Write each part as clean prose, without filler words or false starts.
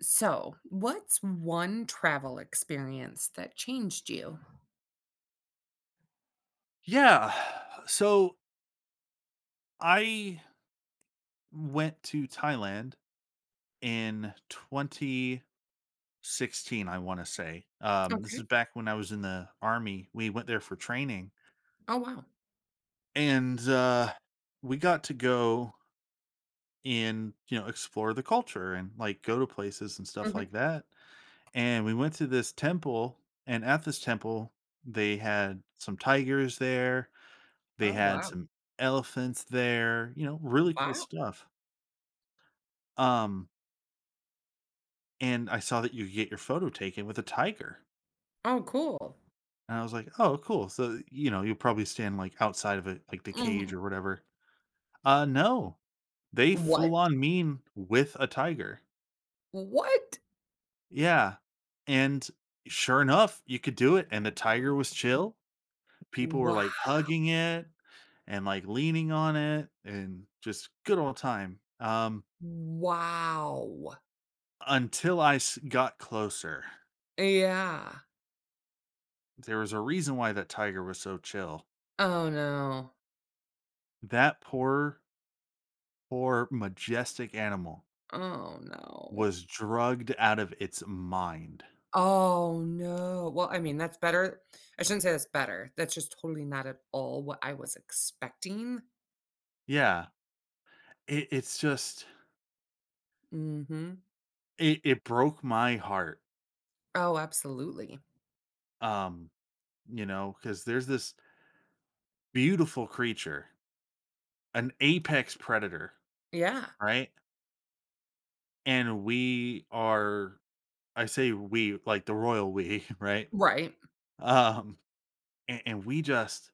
So, what's one travel experience that changed you? Yeah. So I went to Thailand in 2016, I want to say. This is Okay. back when I was in the army. We went there for training Oh, wow. and we got to go and, you know, explore the culture and like go to places and stuff Mhm. like that. And we went to this temple. And at this temple, they had some tigers there, they Oh, had wow. some elephants there, you know, really cool Wow. stuff. Um, And I saw that you could get your photo taken with a tiger. Oh, cool. And I was like, "Oh, cool." So, you know, you'll probably stand, like, outside of it, like, the cage Mhm. or whatever. No. They full What? on mean with a tiger. What? Yeah. And sure enough, you could do it, and the tiger was chill. People were, Wow. like, hugging it and, like, leaning on it and just good old time. Wow. Until I s got closer. Yeah. There was a reason why that tiger was so chill. Oh, no. That poor majestic animal Oh, no. was drugged out of its mind. Oh, no. Well, I mean, that's better. I shouldn't say that's better. That's just totally not at all what I was expecting. Yeah, it's just Mhm. it broke my heart. Oh, absolutely. Um, you know, because there's this beautiful creature, an apex predator, Yeah. right? And we are, I say we like the royal we, right? Right. Um, and we just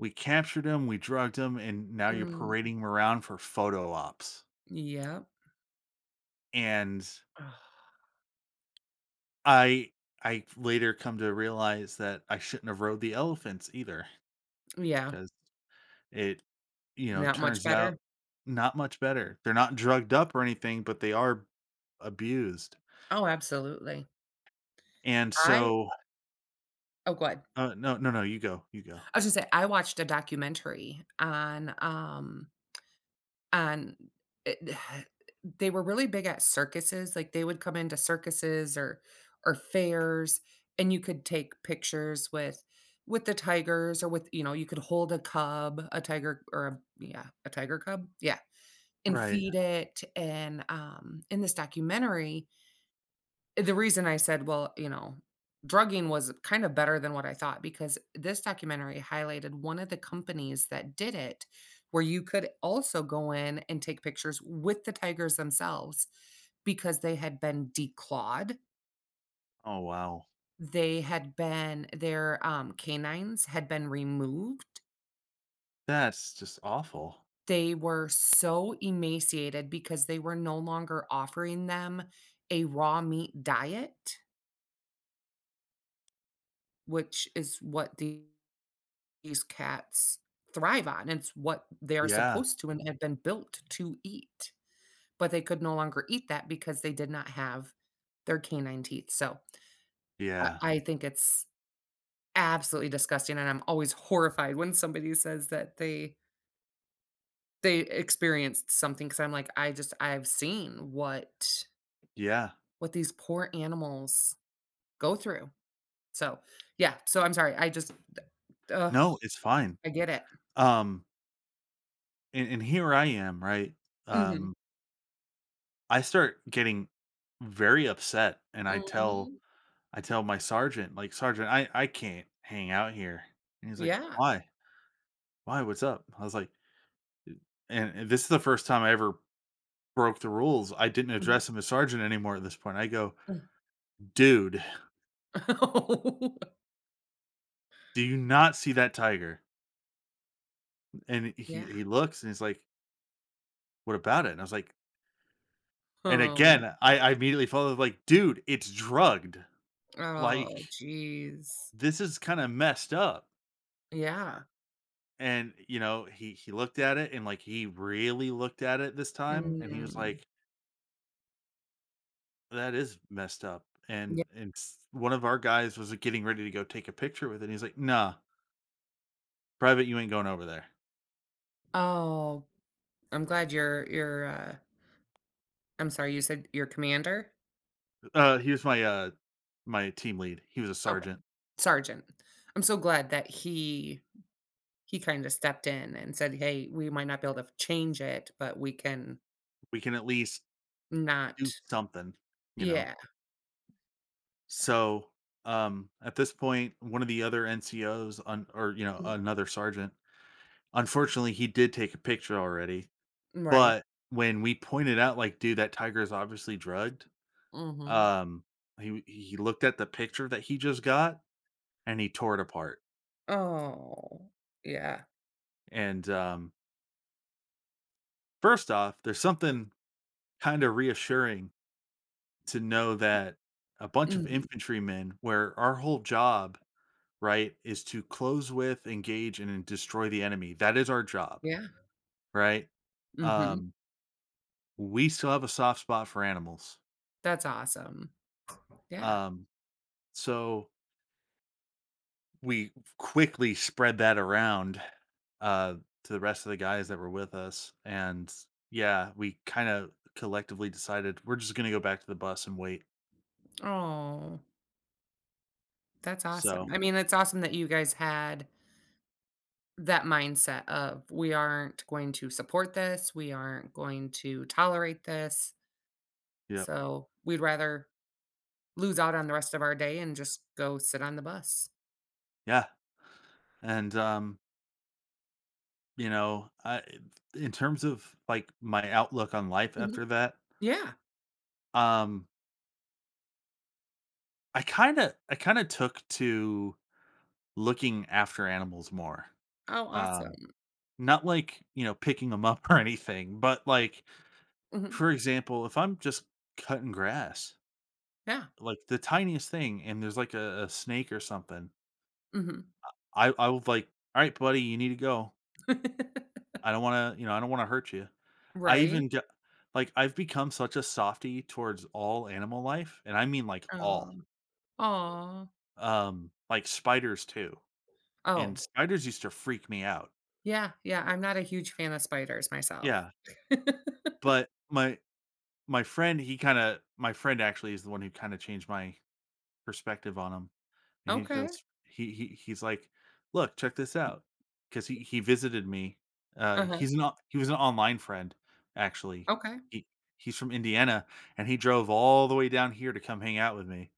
we captured him, we drugged him, and now you're Mm, parading him around for photo ops. yep. And Ugh. I I later come to realize that I shouldn't have rode the elephants either Yeah, because it, you know, not much turns better. out not much better. They're not drugged up or anything, but they are abused, Oh, absolutely. and I so Oh, good. No, no, no, you go, you go. I was gonna say, I watched a documentary on it they were really big at circuses, like, they would come into circuses or fairs, and you could take pictures with the tigers or with, you know, you could hold a cub, a tiger or a yeah, a tiger cub? Yeah, and Right. feed it, and, in this documentary, the reason I said, drugging was kind of better than what I thought because this documentary highlighted one of the companies that did it, where you could also go in and take pictures with the tigers themselves because they had been declawed. Oh, wow. They had been, their canines had been removed. That's just awful. They were so emaciated because they were no longer offering them a raw meat diet, which is what the these cats thrive on. It's what they are Yeah, supposed to and have been built to eat, but they could no longer eat that because they did not have their canine teeth, so, I yeah, I think it's absolutely disgusting, and I'm always horrified when somebody says that they experienced something because 'cause I'm like, I've seen yeah. what these poor animals go through, so, yeah, so I'm sorry, I just ugh, No, it's fine. I get it. Um, and here I am, right? Mhm, Um, I start getting very upset, and mhm, I tell my sergeant, like, "Sergeant, I can't hang out here." And he's like, yeah, "Why? Why? What's up?" I was like and this is the first time I ever broke the rules. I didn't mhm. address him as sergeant anymore at this point. I go, "Dude, Oh. do you not see that tiger?" And he Yeah. he looks and he's like, "What about it?" And I was like and Oh, n. again, I immediately followed, like, "Dude, it's drugged. Oh, Like, jeez. this is kinda messed up." Yeah. And, you know, he looked at it and, like, he really looked at it this time, and he was Mm, like, that is messed up, yeah. And s one of our guys was like, getting ready to go take a picture with it, and he's like, "Nah, private, you ain't going over there." Oh, I'm glad you your I'm sorry, you said your commander? He was my, my team lead. He was a Okay, sergeant. sergeant. I'm so glad that he kinda stepped in and said, "Hey, we might not be able to change it, but we can We can at least do not." something, you know? Yeah. So, at this point, one of the other NCOs on or, you know, Mhm. another sergeant, unfortunately, he did take a picture already, Right. but when we pointed out, like, "Dude, that tiger is obviously drugged," Mhm. um, he looked at the picture that he just got and he tore it apart. Oh, yeah. And first off, there's something kind of reassuring to know that a bunch of Mhm. infantrymen, where our whole job, right, is to close with, engage, and destroy the enemy. That is our job, Yeah. right? Mhm. Um, we still have a soft spot for animals. That's awesome. Yeah. Um, so we quickly spread that around uh to the rest of the guys that were with us and yeah we kind of collectively decided we're just going to go back to the bus and wait Oh. That's awesome. so I mean, it's awesome that you guys had that mindset of we aren't going to support this, we aren't going to tolerate this. yeah So we'd rather lose out on the rest of our day and just go sit on the bus. yeah and you know I in terms of like my outlook on life Mhm. after that Yeah. um I kind of took to looking after animals more Oh, um awesome. not like you know picking them up or anything but like Mhm. for example, if I'm just cutting grass, Yeah. like the tiniest thing, and there's like a snake or something, Hmm. I would like, all right, buddy, you need to go. I don't want to, you know, I don't want to hurt you. I Right. even get like I've become such a softy towards all animal life, and I mean like all, Um, aw. Like spiders too. And Oh, spiders used to freak me out. yeah. Yeah. I'm not a huge fan of spiders myself. Yeah, but my friend, he kind of my friend actually is the one who kind of changed my perspective on them. And he Okay. goes he he's like, "Look, check this out," because he visited me. Uh, Uh huh. he's an he was an online friend, actually. Okay. He he's from Indiana, and he drove all the way down here to come hang out with me,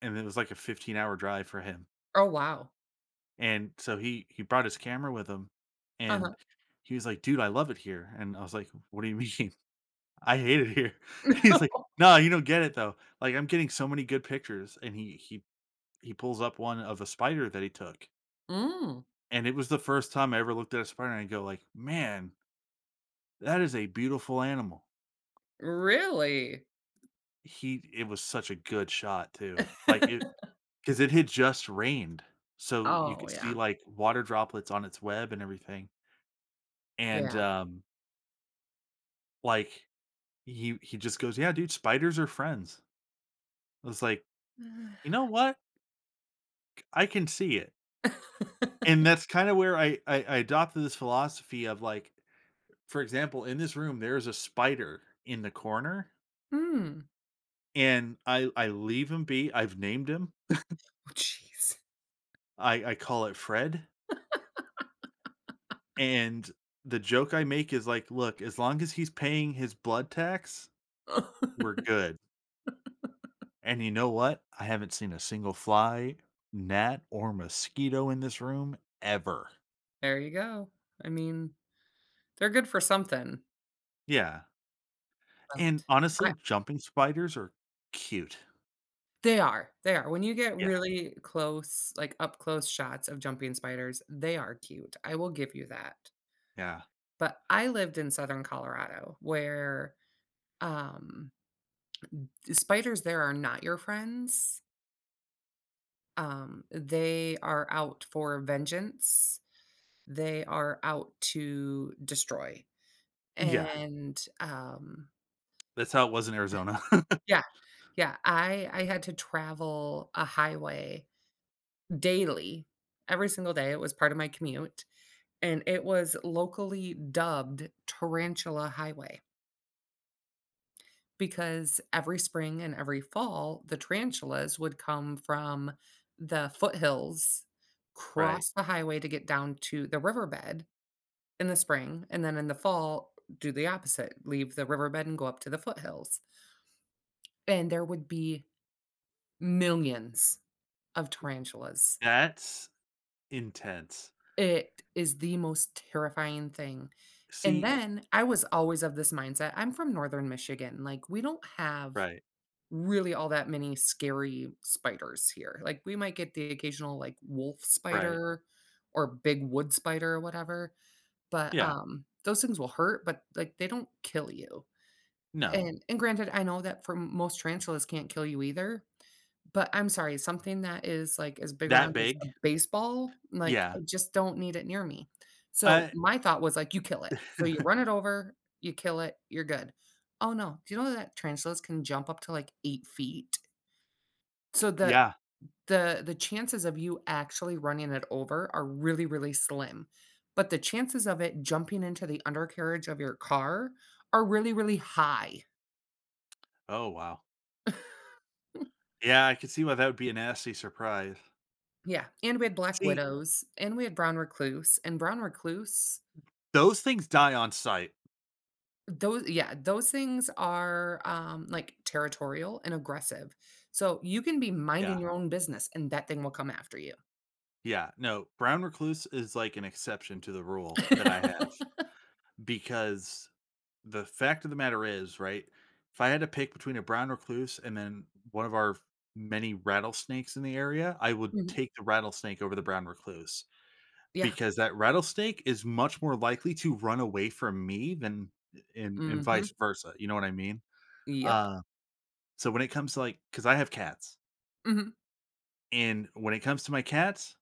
and it was like a 15-hour drive for him. Oh, wow. And so he brought his camera with him, Uh huh. and he was like, "Dude, I love it here." And I was like, "What do you mean? I hate it here." He's like, "No, you don't get it, though. Like, I'm getting so many good pictures." And he pulls up one of a spider that he took. Mm. And it was the first time I ever looked at a spider and go like, "Man, that is a beautiful animal." Really? He It was such a good shot too. Like it, because it had just rained, so you Oh, could see, yeah. like, water droplets on its web and everything. And, Yeah. Like, he just goes, "Yeah, dude, spiders are friends." I was like, "You know what? I can see it." And that's kinda where I adopted this philosophy of, like, for example, in this room, there is a spider in the corner, Hmm. and I leave him be. I've named him. Oh, jeez. I call it Fred, and the joke I make is like, "Look, as long as he's paying his blood tax, we're good." And you know what? I haven't seen a single fly, gnat, or mosquito in this room ever. There you go. I mean, they're good for something, Yeah, and but I honestly, jumping spiders are cute. they are, they are. When you get Yeah, really close, like, up close shots of jumping spiders, they are cute. I will give you that. yeah, But I lived in Southern Colorado where, um, the spiders there are not your friends. They are out for vengeance. They are out to destroy, yeah. and, um. That's how it was in Arizona. Yeah, yeah, I had to travel a highway daily, every single day, it was part of my commute, and it was locally dubbed Tarantula Highway because every spring and every fall, the tarantulas would come from the foothills, Right. cross the highway to get down to the riverbed in the spring, and then in the fall, do the opposite, leave the riverbed and go up to the foothills. And there would be millions of tarantulas. That's intense. It is the most terrifying thing. And See then I was always of this mindset. I'm from northern Michigan. Like, we don't have right, really all that many scary spiders here. Like, we might get the occasional like wolf right. spider or big wood spider or whatever, but Yeah, those things will hurt, but like they don't kill you. no. And granted, I know that for most tarantulas can't kill you either, but I'm sorry, something that is, like, as big That around as a big baseball, like, I Yeah. just don't need it near me. So, I my thought was, like, you kill it. So, you run it over, you kill it, you're good. Oh, no, do you know that tarantulas can jump up to, like, 8 feet? So, the Yeah. the the chances of you actually running it over are really, really slim, but the chances of it jumping into the undercarriage of your car are really, really high. Oh, wow. Yeah, I could see why that would be a nasty surprise. Yeah, and we had Black See, Widows, and we had Brown Recluse, and Brown Recluse those things die on sight. those yeah, those things are, like, territorial and aggressive. So, you can be Yeah. minding your own business, and that thing will come after you. Yeah. No, brown recluse is like an exception to the rule that I have because the fact of the matter is, right, if I had to pick between a brown recluse and then one of our many rattlesnakes in the area, I would Mhm. take the rattlesnake over the brown recluse. Yeah. Because that rattlesnake is much more likely to run away from me than and Mhm. vice versa, you know what I mean? Yep. Uh, so when it comes to, like, cause I have cats, Mhm. and when it comes to my cats,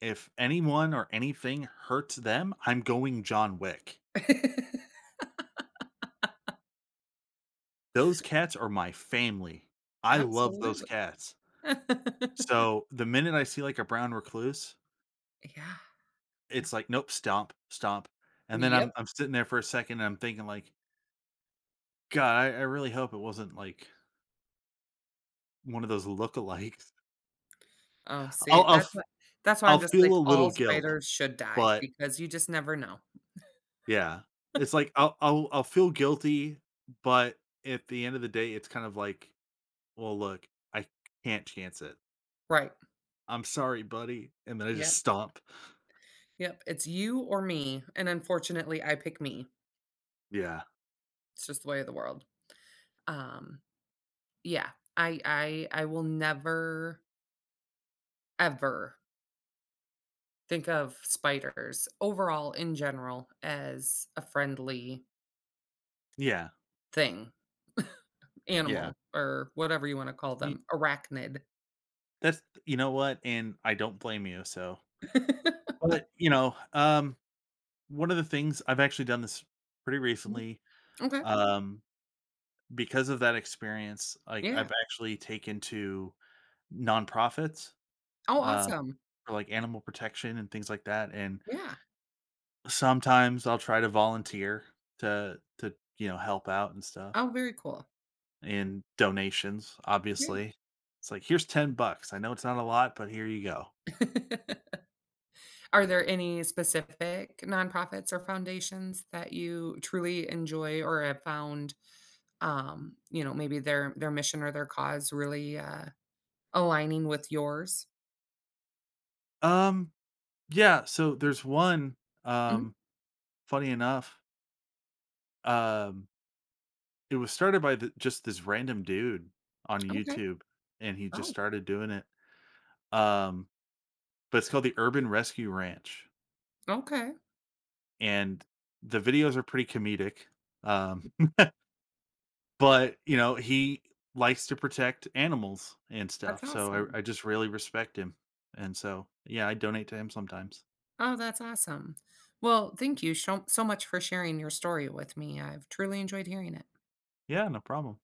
if anyone or anything hurts them, I'm going John Wick. Those cats are my family. I love those Absolutely. cats. So, the minute I see, like, a brown recluse, Yeah. it's like, "Nope, stomp, stomp," and then Yep. I'm sitting there for a second, and I'm thinking like, "God, I really hope it wasn't, like" one of those lookalikes. Oh, I'll see, I'll f that's why I'm I'll just feel like, a all little guilt, spiders should die but because you just never know. yeah. It's like I'll feel guilty, but at the end of the day, it's kind of like, "Well, look, I can't chance it. Right. I'm sorry, buddy," and then I just Yep. stomp. Yep, it's you or me, and unfortunately, I pick me. Yeah. It's just the way of the world. Um, yeah, I will never ever think of spiders overall in general as a friendly Yeah. thing, Yeah. animal or whatever you wanna call Y them, arachnid. That's you know what? And I don't blame you, so but, you know, one of the things I've actually done this pretty Mhm, recently, okay, um, because of that experience, like, yeah. I've actually taken to nonprofits, Oh, uh, awesome. for, like, animal protection and things like that, and Yeah. sometimes I'll try to volunteer to, you know, help out and stuff, Oh, very cool. and donations, Yeah. obviously. It's like, "Here's 10 bucks. I know it's not a lot, but here you go." Are there any specific nonprofits or foundations that you truly enjoy or have found, you know, maybe their mission or their cause really, aligning with yours? Um, yeah, so there's one, Mhm, um, funny enough, um, it was started by the just this random dude on okay. YouTube, and he just Oh, started doing it, um, but it's called the Urban Rescue Ranch. okay. And the videos are pretty comedic. Um, but you know, he likes to protect animals and That's stuff. So awesome. I just really respect him. And so yeah, I donate to him sometimes. Oh, that's awesome. Well, thank you so so much for sharing your story with me. I've truly enjoyed hearing it. Yeah, no problem.